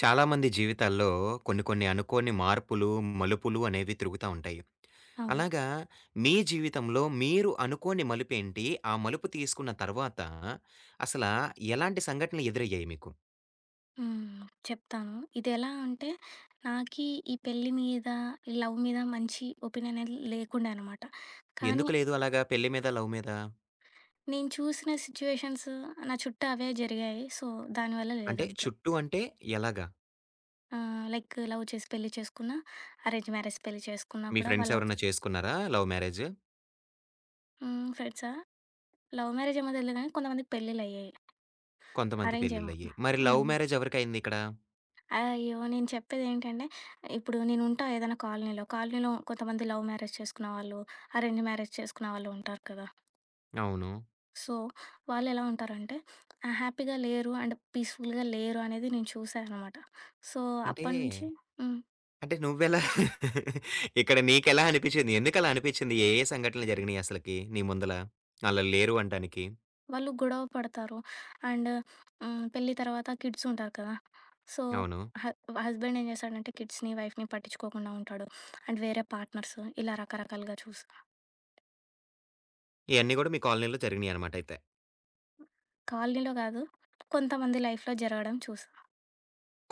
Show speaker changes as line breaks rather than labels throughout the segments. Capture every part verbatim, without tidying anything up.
చాలామంది జీవితాల్లో కొన్ని కొన్ని అనుకోని మార్పులు, మలుపులు అనేవి తిరుగుతా ఉంటాయి.
అవును.
అలాగా మీ జీవితంలో మీరు అనుకోని మలుపేంటి? ఆ మలుపు తీసుకున్న తర్వాత అసలా ఎలాంటి సంఘటనలు ఎదురయ్యాయి మీకు?
హ్మ్. చెప్తాను. ఇదెలా అంటే, నాకీ ఈ పెళ్లి మీద, ఈ లవ్ మీద మంచి ఒపీనియనేది లేకుండే అనమాట. కానీ
ఎందుకు లేదు అలాగా పెళ్లి మీద, లవ్ మీద?
నేను చూసిన సిచ్యువేషన్స్ నా చుట్టూ అవే జరిగాయి. సో, దానివల్ల
అంటే
లేదంతే.
చుట్టూ అంటే ఎలాగా?
ఆహ్, లైక్ లవ్ చేసి పెళ్లి చేసుకున్నా, అరేంజ్ మ్యారేజ్ పెళ్లి చేసుకున్నా
మీ
కూడా
ఫ్రెండ్స్
వాళ్ళ
ఎవరైనా చేసుకున్నారా లవ్ మ్యారేజ్?
హ్మ్. ఫ్రెండ్సా? లవ్ మ్యారేజేమో తెలీదు గానీ కొంతమందికి పెళ్ళిళ్ళయ్యాయి.
కొంతమంది
అరేంజేమో.
పెళ్ళిళ్ళయ్యాయి. మరి
హ్మ్.
లవ్ మ్యారేజ్ ఎవరికయిందిక్కడ?
అయ్యో! నేను చెప్పేదేంటంటే, ఇప్పుడు నేనుంటా ఏదైనా కాలనీలో. కాలనీలో కొంతమంది లవ్ మ్యారేజ్ చేసుకున్న వాళ్ళు, అరేంజ్ మ్యారేజ్ చేసుకున్న వాళ్ళు ఉంటారు కదా!
అవును.
సో, వాళ్ళెలా ఉంటారంటే, ఆహ్, హ్యాపీగా లేరు అండ్ పీస్‌ఫుల్‌గా లేరు అనేది నేను చూసా అనమాట. సో,
అంటే
అప్పటినుంచి హ్మ్.
అంటే నువ్వెలా ఇక్కడ నీకెలా అనిపిచ్చింది? ఎందుకలా అనిపిచ్చింది? ఏ ఏ సంఘటనలు జరిగినియి అసలకి నీ ముందల? ఆళ్ళు లేరు అనటానికి.
వాళ్ళు గొడవ పడతారు. అండ్ హ్మ్, పెళ్లి తర్వాత కిడ్స్ ఉంటారు కదా! సో,
అవును.
హ హస్బెండ్ ఏం చేస్తాడంటే కిడ్స్‌ని, వైఫ్‌ని పట్టించుకోకుండా ఉంటాడు. అండ్ వేరే పార్ట్నర్స్ ఇలా రకరకాలుగా చూసా.
ఇయన్నీ గూడా మీ కాలనీలో జరిగినియనమాట అయితే.
కాలనీలో కాదు, కొంతమంది లైఫ్‌లో జరగడం చూసా.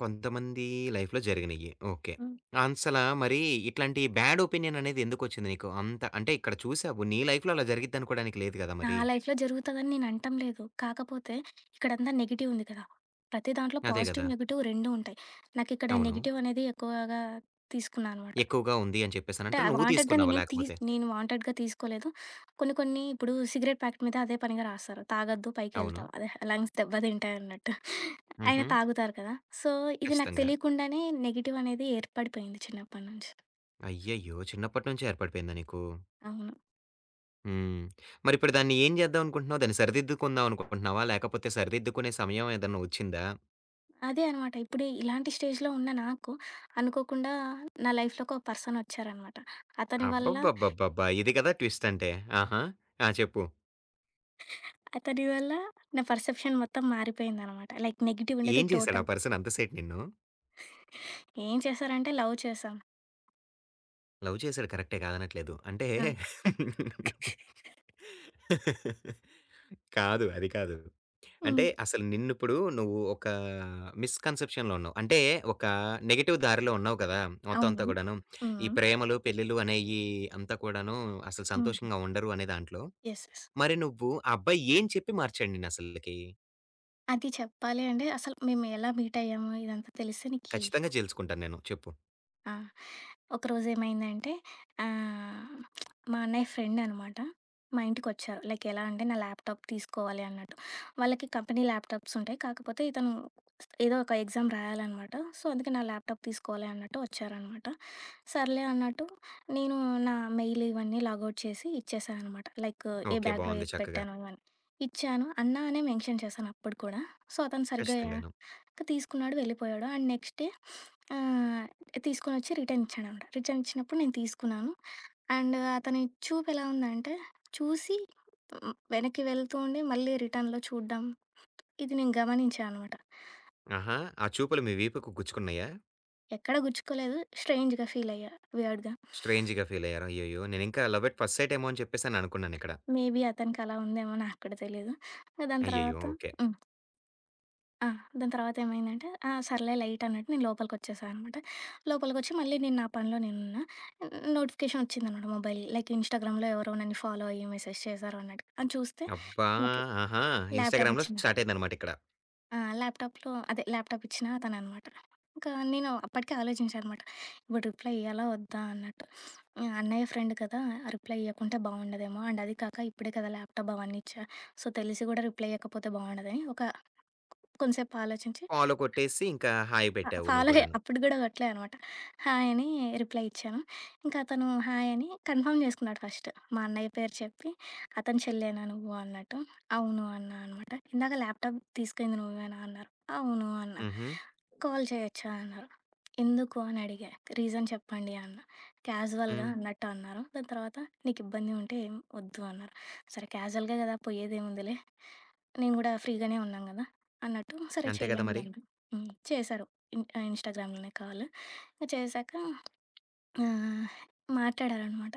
కొంతమంది లైఫ్‌లో జరిగినియి. ఓకే.
హ్మ్.
అసలా మరి ఇట్లాంటి బ్యాడ్ ఒపీనియన్ అనేది ఎందుకొచ్చింది నీకు? అంత అంటే ఇక్కడ చూసావు. నీ లైఫ్‌లో అలా జరిగిద్దనుకోడానికి లేదు గదా
నా
మరి.
లైఫ్‌లో జరుగుతదని నేను అనటం లేదు. కాకపోతే ఇక్కడంతా నెగెటివ్ ఉంది కదా! ప్రతి దాంట్లో
అదే గదా!
పాజిటివ్, నెగెటివ్ రెండూ ఉంటాయి. నాకిక్కడ
అవును.
నెగెటివ్ అనేది ఎక్కువగా తీసుకున్నా అనమాట.
ఎక్కువగా ఉంది అని
అంటే
చెప్పేసనంటే
ఆ
నువ్వు
వాంటెడ్‌గా
తీసుకున్నావా
నేనేం తీస్
లేకపోతే?
నేను వాంటెడ్‌గా తీసుకోలేదు. కొన్ని కొన్ని ఇప్పుడు సిగరెట్ ప్యాకెట్ మీద అదే పనిగా రాస్తారు. తాగొద్దు
అవును.
పైకెళ్తావు. అదే లంగ్స్ దెబ్బతింటాయన్నట్టు. అయినా
హుహు.
తాగుతారు కదా! సో, ఇది నాకు
ఖచ్చితంగా.
తెలియకుండానే నెగెటివ్ అనేది ఏర్పడిపోయింది చిన్నప్పటి నుంచి.
అయ్యయ్యో! చిన్నప్పటి నుంచే ఏర్పడిపోయిందా నీకు?
అవును.
హ్మ్. మరిప్పుడు దాన్ని ఏం జేద్దాం అనుకుంటున్నావు? దాన్ని సరిదిద్దుకుందాం అనుకుంటున్నావా? లేకపోతే సరిదిద్దుకునే సమయం ఏదన్నా వచ్చిందా?
అదే అనమాట. ఇప్పుడు ఇలాంటి స్టేజ్‌లో ఉన్న నాకు అనుకోకుండా నా లైఫ్‌లోకి ఒక పర్సన్ వచ్చారనమాట. అతని వల్ల
అబ్బబ్బబ్బబ్బబ్బా! ఇది కదా ట్విస్ట్ అంటే. ఆహా! ఆ! చెప్పు.
అతని వల్ల నా పర్సెప్షన్ మొత్తం మారిపోయిందనమాట. లైక్ నెగెటివ్ ఉండేది
ఏం చేశాడు
టోటల్.
ఆ పర్సన్ అంత సేటు నిన్ను?
ఏం చేశారంటే లవ్ చేశాం.
లవ్ చేశాడు కరెక్టే కాదనట్లేదు. అంటే
ఆ!
కాదు. అది కాదు.
హ్మ్.
అంటే అసలు నిన్నిప్పుడు నువ్వు ఒక మిస్‌కన్సెప్షన్‌లో ఉన్నావు. అంటే ఒక నెగెటివ్ దారిలో ఉన్నావు కదా! మొత్తం
అవును.
అంతా కూడాను. ఈ
హ్మ్.
ప్రేమలు, పెళ్ళిళ్ళు అనేయి అంతా కూడాను అసలు
హ్మ్.
సంతోషంగా ఉండరు అనే దాంట్లో
యెస్. యెస్.
మరి నువ్వు ఆ అబ్బాయి ఏం చెప్పి మార్చాడు నిన్నసలకి?
అది చెప్పాలి అంటే అసలు మేము ఎలా మీట్ అయ్యాము ఇదంతా తెలిస్తే నీకి
ఖచ్చితంగా జేలుసుకుంటాను నేను. చెప్పు.
ఆ! ఒకరోజు ఏమైందంటే ఆహ్, మా అన్నయ్య ఫ్రెండ్ అనమాట. మా ఇంటికొచ్చారు. లైక్ ఎలా అంటే నా ల్యాప్‌టాప్ తీసుకోవాలి అన్నట్టు. వాళ్ళకి కంపెనీ ల్యాప్‌టాప్స్ ఉంటాయి. కాకపోతే ఇతను ఏదో ఒక ఎగ్జామ్ రాయాలనమాట. సో, అందుకే నా ల్యాప్‌టాప్ తీసుకోవాలి అన్నట్టు వచ్చారనమాట. సర్లే అన్నట్టు నేను నా మెయిల్ ఇవన్నీ లాగౌట్ చేసి ఇచ్చేసా అనమాట. లైక్ ఏ హ్మ్.
ఓకే.
బ్యాగ్‌లో
బావుంది
ఏది
చక్కగా.
పెట్టాను ఇవన్నీ. ఇచ్చాను. అన్నా అనే మెన్షన్ చేశాను అప్పుడు కూడా. సో, అతను సరిగ్గా
ఖచ్చితంగాను.
తీసుకున్నాడు వెళ్ళిపోయాడు. అండ్ నెక్స్ట్ డే ఆహ్, తీసుకొనొచ్చి రిటర్న్ ఇచ్చాడనమాట. రిటర్న్ ఇచ్చినప్పుడు నేను తీసుకున్నాను. అండ్ అతని చూపు ఎలా ఉందంటే చూసి హ్మ్, వెనక్కి వెళ్తూ ఉండి మళ్ళీ రిటర్న్‌లో చూడ్డం. ఇది నేను గమనించా అనమాట.
ఆహా! ఆ చూపులు మీ వీపుకు గుచ్చుకున్నాయా?
ఎక్కడ గుచ్చుకోలేదు. స్ట్రేంజ్‌గా ఫీల్ అయ్యా. వియర్డ్‌గా.
స్ట్రేంజ్‌గా ఫీలయ్యారా? అయ్యయ్యో! నేనింకా లవ్ ఎట్ ఫస్ట్ సైట్ ఏమో అని చెప్పేసని అనుకున్నానిక్కడ.
మేబీ అతనికి అలా ఉందేమో నాకు కూడా తెలీదు. దాని
అయ్యయ్యో!
తర్వాత
ఓకే.
హ్మ్. ఆ! దాని తర్వాత ఏమైందంటే, ఆ! సర్లే లైట్ అన్నట్టు నేను లోపలికొచ్చేసా అనమాట. లోపలికొచ్చి మళ్ళీ నేను నా పనిలో నేనున్నా. నోటిఫికేషన్ వచ్చిందనమాట మొబైల్. లైక్ ఇన్‌స్టాగ్రామ్‌లో ఎవరో నన్ను ఫాలో అయ్యి మెసేజ్ చేశారు అన్నట్టు. అది చూస్తే
అబ్బా!
నాకు
ఆహా!
ల్యాప్‌టాప్
ఇన్‌స్టాగ్రామ్‌లో
ఇచ్చిన
స్టార్ట్ అయిందనమాట ఇక్కడ.
ఆ! ల్యాప్‌టాప్‌లో అదే ల్యాప్‌టాప్ ఇచ్చిన అతననమాట. ఇంకా నేను అప్పటికే ఆలోచించా అనమాట. ఇప్పుడు రిప్లై ఇయ్యాలా? వద్దా? అన్నట్టు. ఆహ్, అన్నయ్య ఫ్రెండ్ కదా! రిప్లై ఇయ్యకుంటే బావుండదేమో. అండ్ అది కాక ఇప్పుడే కదా ల్యాప్‌టాప్ అవన్నీ ఇచ్చా. సో, తెలిసి కూడా రిప్లై ఇయ్యకపోతే బావుండదని ఒక కొంసేపు ఆలోచించి
ఫాలో కొట్టేసి ఇంకా హాయ్
ఫ
పెట్టావు నువ్వు
ఫాలో అయ్యా.
గూడాను.
అప్పుడు గూడా కొట్టలే అనమాట. హాయ్ అని రిప్లై ఇచ్చాను. ఇంకా అతను హాయ్ అని కన్ఫర్మ్ చేసుకున్నాడు ఫస్ట్. మా అన్నయ్య పేరు చెప్పి, "అతని చెల్లేనా నువ్వు?" అన్నట్టు. "అవును" అన్నా అనమాట. "ఇందాక ల్యాప్‌టాప్ తీసుకెళ్ళింది నువ్వేనా?" అన్నారు. "అవును" అన్నా.
హుహు.
"కాల్ చేయొచ్చా?" అన్నారు. "ఎందుకు?" అని అడిగా. "రీజన్ చెప్పండి" అన్నా. క్యాజువల్‌గా
హ్మ్.
అన్నట్టు అన్నారు. దాని తర్వాత "నీకు ఇబ్బంది ఉంటే ఏం వద్దు" అన్నారు. సరే క్యాజువల్‌గా గదా! పోయేదేముందిలే. నేను గూడా ఫ్రీగానే ఉన్నాను గదా! అన్నట్టు సరే
అంతే గదా
చేయండి
మరి.
అన్నా. హ్మ్. చేశారు. ఇన్ ఆహ్, ఇన్‌స్టాగ్రామ్‌లోనే కాల్. ఇంక చేశాక ఆహ్, మాట్లాడారనమాట.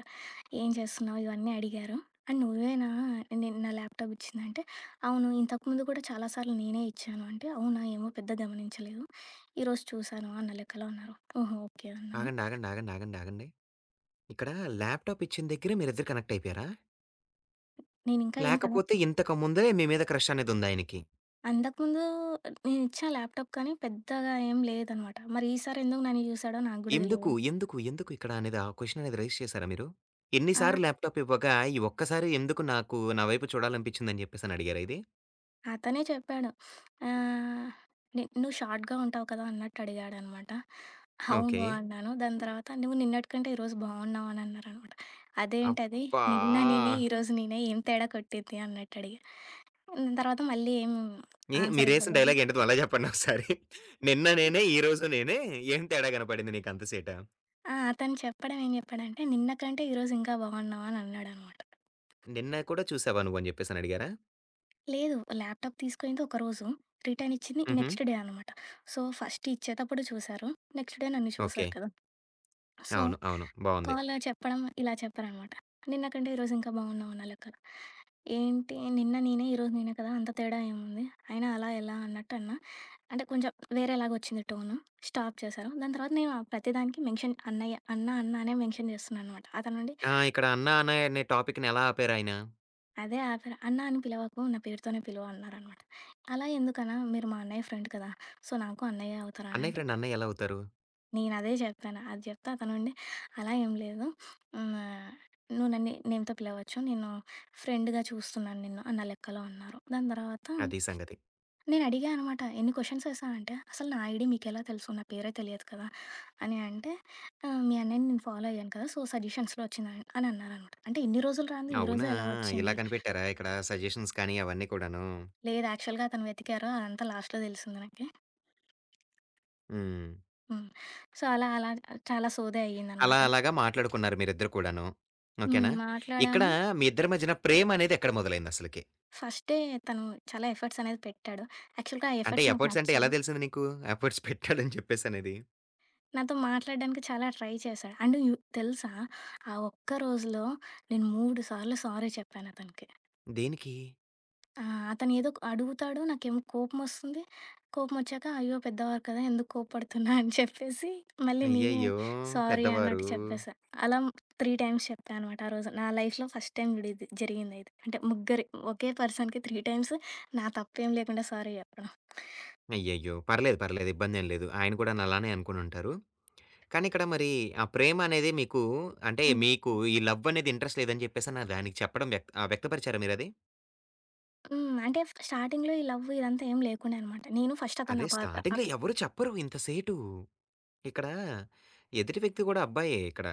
"ఏం చేస్తున్నావు?" ఇవన్నీ అడిగారు. "అండ్ నువ్వేనా నేను నా ల్యాప్‌టాప్ ఇచ్చిందంటే" "అవును. ఇంతకుముందు కూడా చాలా సార్లు నేనే ఇచ్చాను" అంటే "అవునా? ఏమో పెద్ద గమనించలేదు. ఈరోజు చూశాను" అన్న లెక్కలో అన్నారు. "ఓహో! ఓకే" అన్నాను.
ఆగండి. ఆగండి. ఆగండి. ఆగండి. ఆగండి. ఇక్కడ ల్యాప్‌టాప్ ఇచ్చిన దగ్గరే మీరిద్దరు కనెక్ట్ అయిపోయారా?
నేనింకా ఏం కనెక్ట్
లేకపోతే ఇంతకు ముందే మీ మీద క్రష్ అనేదుందాయనకి?
అంతకుముందు నేనిచ్చిన ల్యాప్‌టాప్ కానీ పెద్దగా ఏం లేదనమాట. మరి ఈసారి ఎందుకు నన్ను చూసాడో నాకు గూడా తెలీదు.
ఎందుకు? ఎందుకు? ఎందుకు ఇక్కడ అనేది ఆ క్వెషన్ అనేది రైజ్ చేసారా మీరు? ఎన్ని
ఆ!
సార్లు ల్యాప్‌టాప్ ఇవ్వగా, ఈ ఒక్కసారి ఎందుకు నాకు నా వైపు చూడాలనిపించిందని జెప్పేసని అడిగారా ఇది?
అతనే చెప్పాడు. ఆహ్, ని "నువ్వు షార్ట్‌గా ఉంటావు కదా!" అన్నట్టు అడిగాడనమాట. అవును
ఓకే.
అన్నాను. దాని తర్వాత "నువ్వు నిన్నటి కంటే ఈరోజు బావున్నావు" అని అన్నారనమాట. అదేంటది?
అబ్బా!
నిన్న నేనే, ఈరోజు నేనే ఏం తేడా కొట్టింది అన్నట్టు అడిగా. దాని తర్వాత మళ్ళీ ఏం
ఏ
ఆన్సర్
మీరేసిన
ఇవ్వలేదు.
డైలాగ్ ఏంటిది మళ్ళా జెప్పండి ఒకసారి? నిన్న నేనే, ఈ రోజు నేనే ఏం తేడా కనపడింది నీకంత సేట?
ఆ! అతను చెప్పడం ఏం చెప్పాడంటే, "నిన్న కంటే ఈరోజు ఇంకా బావున్నావు" అని అన్నాడనమాట.
నిన్న కూడా చూసావా నువ్వని జెప్పేసని అడిగారా?
లేదు ల్యాప్‌టాప్ తీసుకెళ్ళింది ఒకరోజు, రిటర్న్ ఇచ్చింది
హుహు.
నెక్స్ట్ డే అనమాట. సో, ఫస్ట్ ఇచ్చేటప్పుడు చూసారు. నెక్స్ట్ డే నన్ను
ఓకే.
చూసారు కదా! సో,
అవును. అవును. బావుంది.
కాల్ చెప్పడం ఇలా చెప్పారనమాట. "నిన్న కంటే ఈరోజు ఇంకా బాగున్నావు నా లెక్కన." ఏంటి నిన్న నేనే, ఈరోజు నేనే కదా! అంత తేడా ఏముంది? అయినా అలా ఎలా అన్నట్టు అన్నా. అంటే కొంచెం వేరేలాగొచ్చింది టోను. స్టాప్ చేశారు. దాని తర్వాత నేను ఆ ప్రతిదానికి మెన్షన్ అన్నయ్య, అన్న, అన్న అనే మెన్షన్ చేస్తున్నాననమాట. అతనుండి
ఆ! ఇక్కడ అన్న, అన్నయ్య అనే టాపిక్‌ని ఎలా ఆపారాయన?
అదే ఆపేరు. "అన్న అని పిలవకు, నా పేరుతోనే పిలువు" అన్నారనమాట. "అలా ఎందుకన్నా? మీరు మా అన్నయ్య ఫ్రెండ్ కదా! సో, నాకు అన్నయ్యే అవుతారు"
అన్నయ్య
అంటే
ఫ్రెండ్ అన్నయ్య ఎలా అవుతారు?
నేనదే చెప్పాను. అది చెప్తే అతనుండి అలా ఏం లేదు. హ్మ్. నువ్వు నన్ను నేమ్‌తో పిలవచ్చు. నేను ఫ్రెండ్‌గా చూస్తున్నాను నిన్ను అన్న లెక్కలో అన్నారు. దాని తర్వాత
అది సంగతి.
నేనడిగా అనమాట. ఎన్ని క్వెషన్స్ ఏశానంటే, "అసలు నా ఐడీ మీకెలా తెలుసు? నా పేరే తెలియదు కదా!" అని అంటే, ఆహ్, "మీ అన్నయ్యని నేను ఫాలో అయ్యాను కదా! సో, సజెషన్స్‌లో వచ్చింది" అని అని అన్నారనమాట. అంటే ఇన్ని రోజులు రానిది ఈ
అవునా!
రోజే ఎలా
ఇలా
వచ్చింది?
కనిపెట్టారా ఇక్కడ సజెషన్స్ కానీ అవన్నీ కూడాను.
లేదు యాక్చువల్‌గా అతను వెతికారు. అదంతా లాస్ట్‌లో తెలిసింది నాకి.
హ్మ్.
హ్మ్. సో, అలా అలా చాలా సోదే
అలా
అయ్యిందనమాట.
అలాగా మాట్లాడుకున్నారు మీరిద్దరు కూడాను.
హ్మ్.
ఓకేనా? ఇక్కడ
మాట్లాడాము.
మీ ఇద్దరి మధ్యన ప్రేమనేది ఎక్కడ మొదలైందసలకి?
ఫస్ట్ డే తను చాలా ఎఫర్ట్స్ అనేది పెట్టాడు. యాక్చువల్‌గా ఆ
అంటే
ఎఫర్ట్స్ నాకు
ఎఫర్ట్స్ అంటే ఎలా
నచ్చాయి.
తెలిసింది నీకు? ఎఫర్ట్స్ పెట్టాడని చెప్పేసనేది.
నాతో మాట్లాడడానికి చాలా ట్రై చేశాడు. అండ్ యు తెలుసా? ఆ ఒక్క రోజులో నేను మూడు సార్లు సారీ చెప్పాను అతనికి.
దేనికి?
ఆహ్, అతను ఏదో అడుగుతాడు. నాకేమో కోపమొస్తుంది. కోపమొచ్చాక అయ్యో! పెద్దవారు కదా! ఎందుకు కోప్పడుతున్నా అని చెప్పేసి మళ్ళీ నేనే
అయ్యయ్యో!
సారీ
పెద్దవారు.
అన్నట్టు చెప్పేసా. అలా మూడు టైమ్స్ చెప్పా అనమాట ఆ రోజు. నా లైఫ్‌లో ఫస్ట్ టైమ్ చూడు ఇది జరిగిందయితే. అంటే ముగ్గురి ఒకే పర్సన్‌కి మూడు టైమ్స్ నా తప్పేం లేకుండా సారీ చెప్పడం.
అయ్యయ్యో! పర్లేదు, పర్లేదు. ఇబ్బందేం లేదు. ఆయన కూడాను అలానే అనుకునుంటారు. కానీ ఇక్కడ మరి ఆ ప్రేమ అనేది మీకు అంటే
హ్మ్.
మీకు ఈ లవ్ అనేది ఇంట్రెస్ట్ లేదని చెప్పేసని దానికి చెప్పడం వ్యక్త ఆహ్, వ్యక్తపరిచారా మీరది?
హ్మ్. అంటే స్టార్టింగ్‌లో ఈ లవ్ ఇదంతా ఏం లేకుండే అనమాట. నేను ఫస్ట్ అతన్ని
అదే
అపార్థ
స్టార్టింగ్‌లో
అప్
ఎవరు చెప్పరు ఇంత సేటు. ఇక్కడ ఎదుటి వ్యక్తి గూడా అబ్బాయే ఇక్కడ.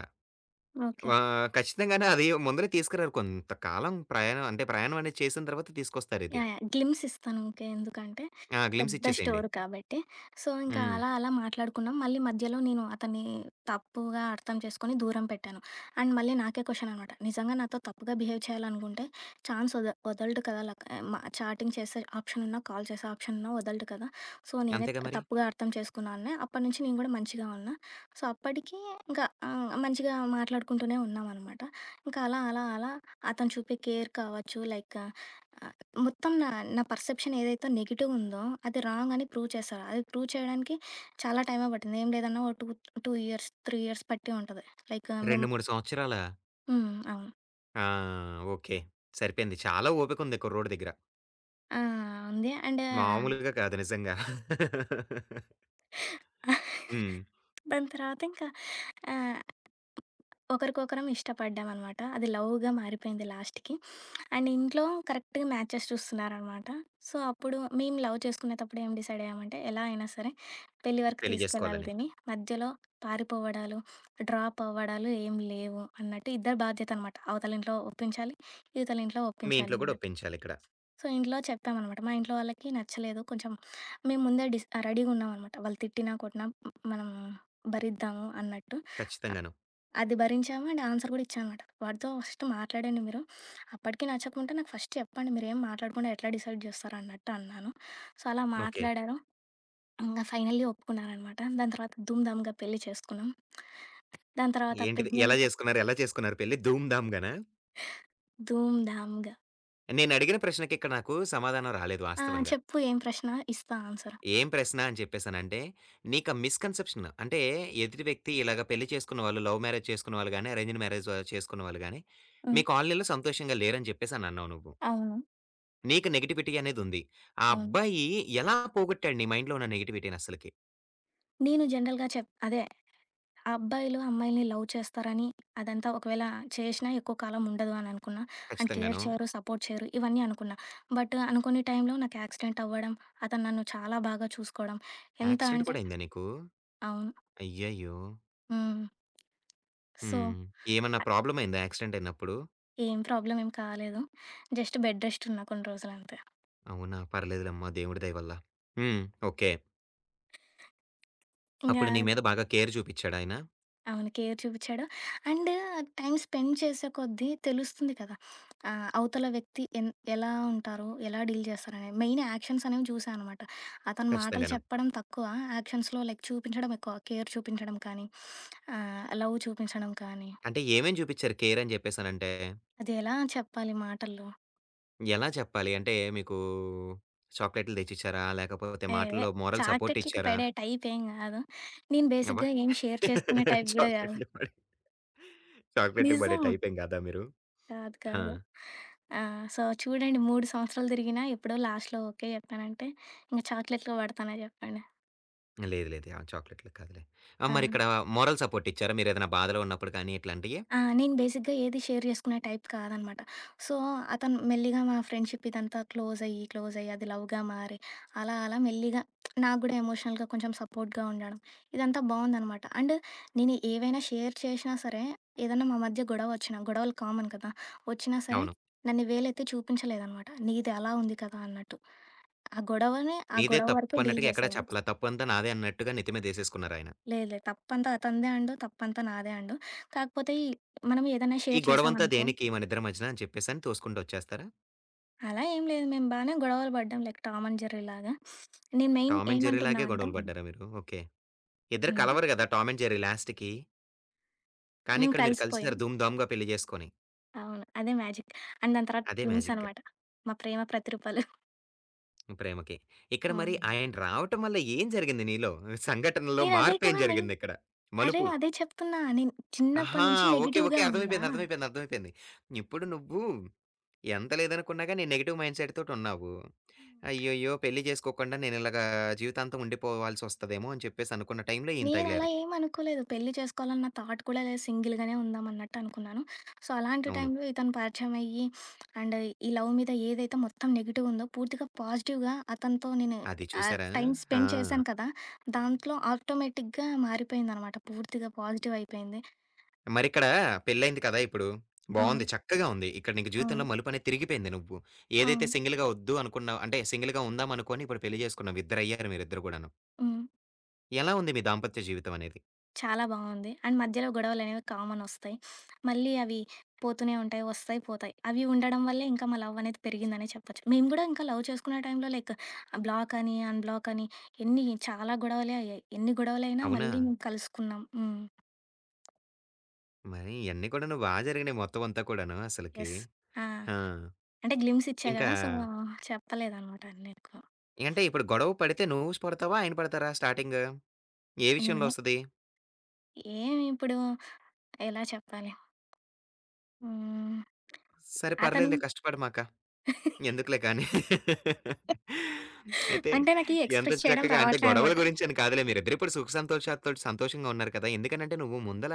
ఓకే.
ఆహ్, ఖచ్చితంగానే అది ముందలే తీసుకురారు. కొంతకాలం ప్రయాణం అంటే ప్రయాణం అనేది చేసిన తర్వాత తీసుకొస్తారిది.
యాహ్! యాహ్! గ్లిమ్స్ ఇస్తాను ఊకే. ఎందుకంటే
ఆ! గ్లిమ్స్
పెద్ద
ఇచ్చేసేయండి.
స్టోరీ కాబట్టి. సో, ఇంకా
హ్మ్.
అలా అలా మాట్లాడుకున్నాం. మళ్ళీ మధ్యలో నేను అతన్ని తప్పుగా అర్థం చేసుకొని దూరం పెట్టాను. అండ్ మళ్ళీ నాకే క్వెషన్ అనమాట. నిజంగా నాతో తప్పుగా బిహేవ్ చేయాలనుకుంటే ఛాన్స్ వద వదలడు కదా! లైక్ మ చాటింగ్ చేసే ఆప్షన్ ఉన్నా, కాల్ చేసే ఆప్షన్ ఉన్నా వదలడు కదా! సో, నేనే
అంతేగా
త
మరి.
తప్పుగా అర్థం చేసుకున్నానులే. అప్పటి నుంచి నేను కూడా మంచిగా ఉన్నా. సో, అప్పటికి ఇంకా ఆహ్, మంచిగా మాట్లాడుకుంటూనే ఉన్నామనమాట. ఇంకా అలా అలా అలా అతను చూపే కేర్ కావచ్చు, లైక్ మొత్తం నా నా పర్సెప్షన్ ఏదైతే నెగెటివ్ ఉందో అది రాంగ్ అని ప్రూవ్ చేశారు. అది ప్రూవ్ చేయడానికి చాలా టైమే పట్టింది. ఏం లేదన్నా ఓ రెండు, రెండు ఇయర్స్, మూడు ఇయర్స్ పట్టి ఉంటది. లైక్ మేము
రెండు, మూడు సంవత్సరాలా?
హ్మ్. అవును.
ఆ! ఓకే. సరిపోయింది. చాలా ఓపికుంది కుర్రోడి దగ్గర.
ఆ! ఉంది. అండ్
మామూలుగా కాదు నిజంగా. హ్మ్.
దాని తర్వాత ఇంకా ఆహ్, ఒకరికొకరం ఇష్టపడ్డామనమాట. అది లవ్‌గా మారిపోయింది లాస్ట్‌కి. అండ్ ఇంట్లో కరెక్ట్‌గా మ్యాచెస్ చూస్తున్నారనమాట. సో, అప్పుడు మేము లవ్ చేసుకునేటప్పుడు ఏం డిసైడ్ అయ్యామంటే, ఎలా అయినా సరే పెళ్లి వరకు
పెళ్లి
తీసుకెళ్ళాలి
జేసుకోవాలని.
దీన్ని. మధ్యలో పారిపోవడాలు, డ్రాప్ అవ్వడాలు ఏం లేవు అన్నట్టు ఇద్దరి బాధ్యత అనమాట. అవతల ఇంట్లో ఒప్పించాలి, ఇవతల ఇంట్లో
మీ
ఒప్పించాలి
ఇంట్లో గూడా
అన్నట్టు.
ఒప్పించాలిక్కడ.
సో, ఇంట్లో చెప్పామనమాట. మా ఇంట్లో వాళ్ళకి నచ్చలేదు. కొంచెం మేము ముందే డిస్ రెడీగా ఉన్నామనమాట. వాళ్ళు తిట్టినా, కొట్టినా మనం భరిద్దాము అన్నట్టు.
ఖచ్చితంగాను.
అది భరించాము అండ్ ఆన్సర్ కూడా ఇచ్చానమాట. వాడితో ఫస్ట్ మాట్లాడండి మీరు. అప్పటికి నచ్చకుంటే నాకు ఫస్ట్ చెప్పండి. మీరేం మాట్లాడకుండా ఎట్లా డిసైడ్ చేస్తారు అన్నట్టు అన్నాను. సో, అలా
ఓకే.
మాట్లాడారు. ఇంగ ఫైనల్లీ ఒప్పుకున్నారనమాట. దాని తర్వాత ధూమ్ ధామ్‌గా పెళ్లి చేసుకున్నాం. దాని తర్వాత
ఏంటిది ఎలా
ప్రెగ్నెంట్
జేసుకున్నారు? ఎలా చేసుకున్నారు పెళ్లి? ధూమ్ ధామ్ గానా?
ధూమ్ ధామ్‌గా.
నేనడిగిన ప్రశ్నకిక్కడ నాకు సమాధానం రాలేదు
ఆ!
వాస్తవంగా.
చెప్పు ఏం ప్రశ్న? ఇస్తా ఆన్సర్.
ఏం ప్రశ్న అని చెప్పేసనంటే, నీకా మిస్‌కన్సెప్షన్ అంటే, ఎదుటి వ్యక్తి ఇలాగ పెళ్లి చేసుకున్నవాళ్ళు, లవ్ మ్యారేజ్ చేసుకున్నవాళ్ళు గాని, అరేంజ్‌డ్ మ్యారేజ్ ఆహ్, చేసుకున్నవాళ్ళు గాని,
హ్మ్.
మీ కాలనీలో సంతోషంగా లేరని చెప్పేసనన్నావు నువ్వు.
అవును.
నీకు నెగటివిటీ అనేదుంది. ఆ
అవును.
అబ్బాయి ఎలా పోగొట్టాడు నీ మైండ్‌లో ఉన్న నెగటివిటీనస్సలకి?
నేను జనరల్‌గా చెప్ అదే ఆ అబ్బాయిలు అమ్మాయిల్ని లవ్ చేస్తారని అదంతా ఒకవేళ చేసినా ఎక్కువ కాలం ఉండదు అని అనుకున్నా. అండ్ కేర్
ఖచ్చితంగాను.
చేయరు, సపోర్ట్ చేయరు ఇవన్నీ అనుకున్నా. బట్ అనుకోని టైంలో నాకు యాక్సిడెంట్ అవ్వడం, అతను నన్ను చాలా బాగా చూసుకోవడం. ఎంత
యాక్సిడెంట్
అంటే
కూడా అయిందా నీకు?
అవును.
అయ్యయ్యో!
హ్మ్. సో,
హ్మ్. ఏమన్నా ప్రాబ్లమ్ అయిందా యాక్సిడెంట్ అయినప్పుడు?
ఏం ప్రాబ్లమ్ ఏం కాలేదు. జస్ట్ బెడ్ రెస్ట్ ఉన్నా కొన్ని రోజులంతే.
అవునా! పర్లేదులెమ్మా దేవుడి దయ వల్ల. హ్మ్. ఓకే.
ఇంగా
అప్పుడు నీ మీద బాగా కేర్ చూపిచ్చాడాయన?
అవును. కేర్ చూపిచ్చాడు. అండ్ టైమ్ స్పెండ్ చేసే కొద్దీ తెలుస్తుంది కదా! ఆహ్, అవతల వ్యక్తి ఎన్ ఎలా ఉంటారు? ఎలా డీల్ చేస్తారనేది. మెయిన్ యాక్షన్స్ అనేవి చూసా అనమాట. అతను మాటలు
ఖచ్చితంగాను.
చెప్పడం తక్కువ. యాక్షన్స్‌లో లైక్ చూపించడం ఎక్కువ. కేర్ చూపించడం కానీ, ఆహ్, లవ్ చూపించడం కానీ,
అంటే ఏమేమి చూపిచ్చారు కేర్ అని జెప్పేసనంటే,
అది ఎలా చెప్పాలి మాటల్లో?
ఎలా చెప్పాలి? అంటే మీకు చాక్లెట్లు తెచ్చిచ్చారా? లేకపోతే
ఏహే!
మాటల్లో మోరల్ సపోర్ట్
చాక్లెట్‌లకి
ఇచ్చారా?
పడే టైప్ ఏం కాదు. నేను
అబ్బా!
బేసిక్‌గా ఏం షేర్ చేసుకునే టైప్ గూడా కాదు.
చాక్లెట్లు పడే చాక్లెట్‌లకి పడే
నిజం.
టైపేం కాదా మీరు?
కాదు.
ఆ!
కాదు. ఆ! సో, చూడండి మూడు సంవత్సరాలు తిరిగినా ఎప్పుడో లాస్ట్‌లో ఓకే చెప్పానంటే, ఇంక చాక్లెట్లు పడతానే చెప్పండి.
లేదు లేదు. ఆ! చాక్లెట్‌లకి కాదులే. ఆ!
ఆ!
మరిక్కడ మోరల్ సపోర్ట్ ఇచ్చారా? మీరేదైనా బాధలో ఉన్నప్పుడు కానీ ఇట్లాంటియి?
ఆ! నేను బేసిక్‌గా ఏది షేర్ చేసుకునే టైప్ కాదనమాట. సో, అతను మెల్లిగా మా ఫ్రెండ్‌షిప్ ఇదంతా క్లోజయ్యి, క్లోజయ్యి అది లవ్‌గా మారి, అలా అలా మెల్లిగా నాకు గూడా ఎమోషనల్‌గా కొంచెం సపోర్ట్‌గా ఉండడం, ఇదంతా బావుందనమాట. అండ్ నేను ఏవైనా షేర్ చేషినా సరే, ఏదన్నా మా మధ్య గొడవొచ్చినా, గొడవలు కామన్ కదా! వచ్చినా సరే,
అవును.
నన్ను వేలెత్తి చూపించలేదనమాట. నీది అలా ఉంది కదా! అన్నట్టు. ఆ గొడవని ఆ
నీదే
గొడవ వరకే డీల్
తప్పన్నట్టుగా ఎక్కడా
చేసేవాడిని.
చెప్పలా. తప్పంతా నాదే అన్నట్టుగా నెత్తి మీదేసేసుకున్నారాయన.
లేదు లేదు. తప్పంతా అతనిదే అండు, తప్పంతా నాదే అండు. కాకపోతే ఈ మనం ఏదైనా
ఈ
షేర్
గొడవంతా
చేశామనుకో
దేనికి మనిద్దరి మధ్యన అని చెప్పేసని తోసుకుంటూ వచ్చేస్తారా?
అలా ఏం లేదు. మేము బానే గొడవలు పడ్డాం లైక్ 'టామ్ అండ్ జెర్రీ'లాగా. నేను మెయిన్
టామ్ అండ్ జెర్రీ
ఏమంటున్నా
లాగే
అంటే
గొడవలు పడ్డారా మీరు? ఓకే. ఇద్దరు
హ్మ్.
కలవరు గదా! టామ్ అండ్ జెర్రీ లాస్ట్‌కి. కానీ
మేము
ఇక్కడ మీరు
కలిసిపోయాం.
కలిసేసారు ధూమ్ ధామ్‌గా పెళ్లి జేసుకొని.
అవును. అదే మ్యాజిక్. అండ్ దాని తర్వాత
అదే
ట్విన్స్
మ్యాజిక్
అనమాట. మా ప్రేమ ప్రతిరూపాలు.
ప్రేమకి. ఇక్కడ మరి
హ్మ్.
ఆయన రావటం వల్ల ఏం జరిగింది నీలో? సంఘటనలో
నేనదే
మార్పేం
కదా మెయిన్.
జరిగిందిక్కడ?
అరే!
మలుపు.
అదే చెప్తున్నా. నేను చిన్నప్పటి
ఆహా!
నుంచి
ఓకే. ఓకే.
నెగెటివ్‌గా ఉన్నా.
అర్థమైపోయింది. అర్థమైపోయింది. అర్థమైపోయింది. ఇప్పుడు నువ్వు ఎంత లేదనుకున్నా గాని నెగెటివ్ మైండ్ సెట్‌తోటున్నావు. అయ్యయ్యో! పెళ్లి జేసుకోకుండా నేను ఇలాగా జీవితాంతం ఉండిపోవాల్సొస్తదేమో అని చెప్పేసి అనుకున్న టైంలో ఈయన
నేనలా
తగిలారు.
ఏం అనుకోలేదు. పెళ్లి చేసుకోవాలన్న థాట్ కూడా లేదు. సింగిల్‌గానే ఉందాం అన్నట్టు అనుకున్నాను. సో, అలాంటి
అవును.
టైంలో ఇతను పరిచయం అయ్యి అండ్ ఈ లవ్ మీద ఏదైతే మొత్తం నెగెటివ్ ఉందో పూర్తిగా పాజిటివ్‌గా అతనితో నేను
అది
ఆహ్,
చూసారా!
టైమ్
ఆ!
స్పెండ్ చేశాను కదా! దాంట్లో ఆటోమేటిక్‌గా మారిపోయిందనమాట. పూర్తిగా పాజిటివ్ అయిపోయింది.
మరిక్కడ పెళ్ళయింది కదా ఇప్పుడు.
అవును.
బావుంది. చక్కగా ఉంది. ఇక్కడ నీకు జీవితంలో
అవును.
మలుపనేది తిరిగిపోయింది నువ్వు. ఏదైతే
అవును.
సింగిల్‌గా ఒద్దు అనుకున్నావు అంటే సింగిల్‌గా ఉందాం అనుకోని ఇప్పుడు పెళ్లి చేసుకున్నావు. ఇద్దరయ్యారు మీరిద్దరు కూడాను.
హ్మ్.
ఎలా ఉంది మీ దాంపత్య జీవితం అనేది?
చాలా బావుంది. అండ్ మధ్యలో గొడవలనేవి కామనొస్తాయి. మళ్ళీ అవి పోతూనే ఉంటాయి, వస్తాయి, పోతాయి. అవి ఉండడం వల్లే ఇంకా మా లవ్వనేది పెరిగిందనే చెప్పొచ్చు. మేము గూడా ఇంకా లవ్ చేసుకునే టైంలో లైక్ బ్లాక్ అని, అన్‌బ్లాక్ అని ఎన్ని చాలా గొడవలే అయ్యాయి. ఎన్ని గొడవలైనా
అవునా?
మళ్ళీ మేము కలుసుకున్నాం. హ్మ్.
మరి ఇయన్నీ కూడాను బా జరిగినాయి మొత్తం అంతా కూడాను అసలకి.
యెస్. ఆ!
ఆ!
అంటే గ్లిమ్స్ ఇచ్చా
ఇంకా
గదా! సో, చెప్పలేదనమాట అన్నీ ఎక్కువ.
అంటే ఇప్పుడు గొడవ పడితే నువ్వు పడతావా? ఆయన పడతారా స్టార్టింగ్? ఏ విషయంలో
నేనే
ఒస్తది?
ఏమిప్పుడు ఎలా చెప్పాలి? హ్మ్.
సరే
అతను
పర్లేదులే కష్టపడమాక. ఎందుకులే కానీ. అయితే
అంటే నాకీ
ఎంత
ఎక్స్‌ప్రెస్ చేయడం
చక్కగా అంటే
రావట్లే
గొడవల
అనమాట.
గురించని కాదులే మీరిద్దరిప్పుడు సుఖ సంతోషాలతోటి సంతోషంగా ఉన్నారు కదా! ఎందుకనంటే నువ్వు ముందల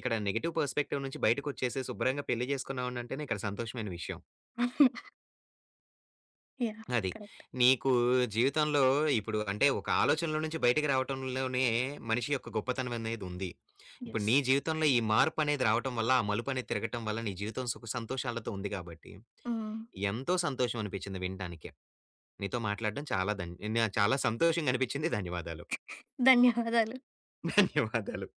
ఇక్కడ నెగెటివ్ పర్స్‌పెక్టివ్ నుంచి బయటకొచ్చేసి శుభ్రంగా పెళ్లి చేసుకున్నావంటేనే ఇక్కడ సంతోషమైన విషయం.
యాహ్!
అది.
కరెక్ట్.
నీకు జీవితంలో ఇప్పుడు అంటే ఒక ఆలోచనలో నుంచి బయటికి రావటంలోనే మనిషి యొక్క గొప్పతనమనేదుంది. ఇప్పుడు
యెస్.
నీ జీవితంలో ఈ మార్పనేది రావటం వల్ల, ఆ మలుపనేది తిరగటం వల్ల నీ జీవితం సుఖ సంతోషాలతో ఉంది గాబట్టి
హ్మ్.
ఎంతో సంతోషం అనిపిచ్చింది వినటానికి. నీతో మాట్లాడడం చాలా ధన్ న చాలా సంతోషంగా అనిపించింది. ధన్యవాదాలు.
ధన్యవాదాలు.
ధన్యవాదాలు.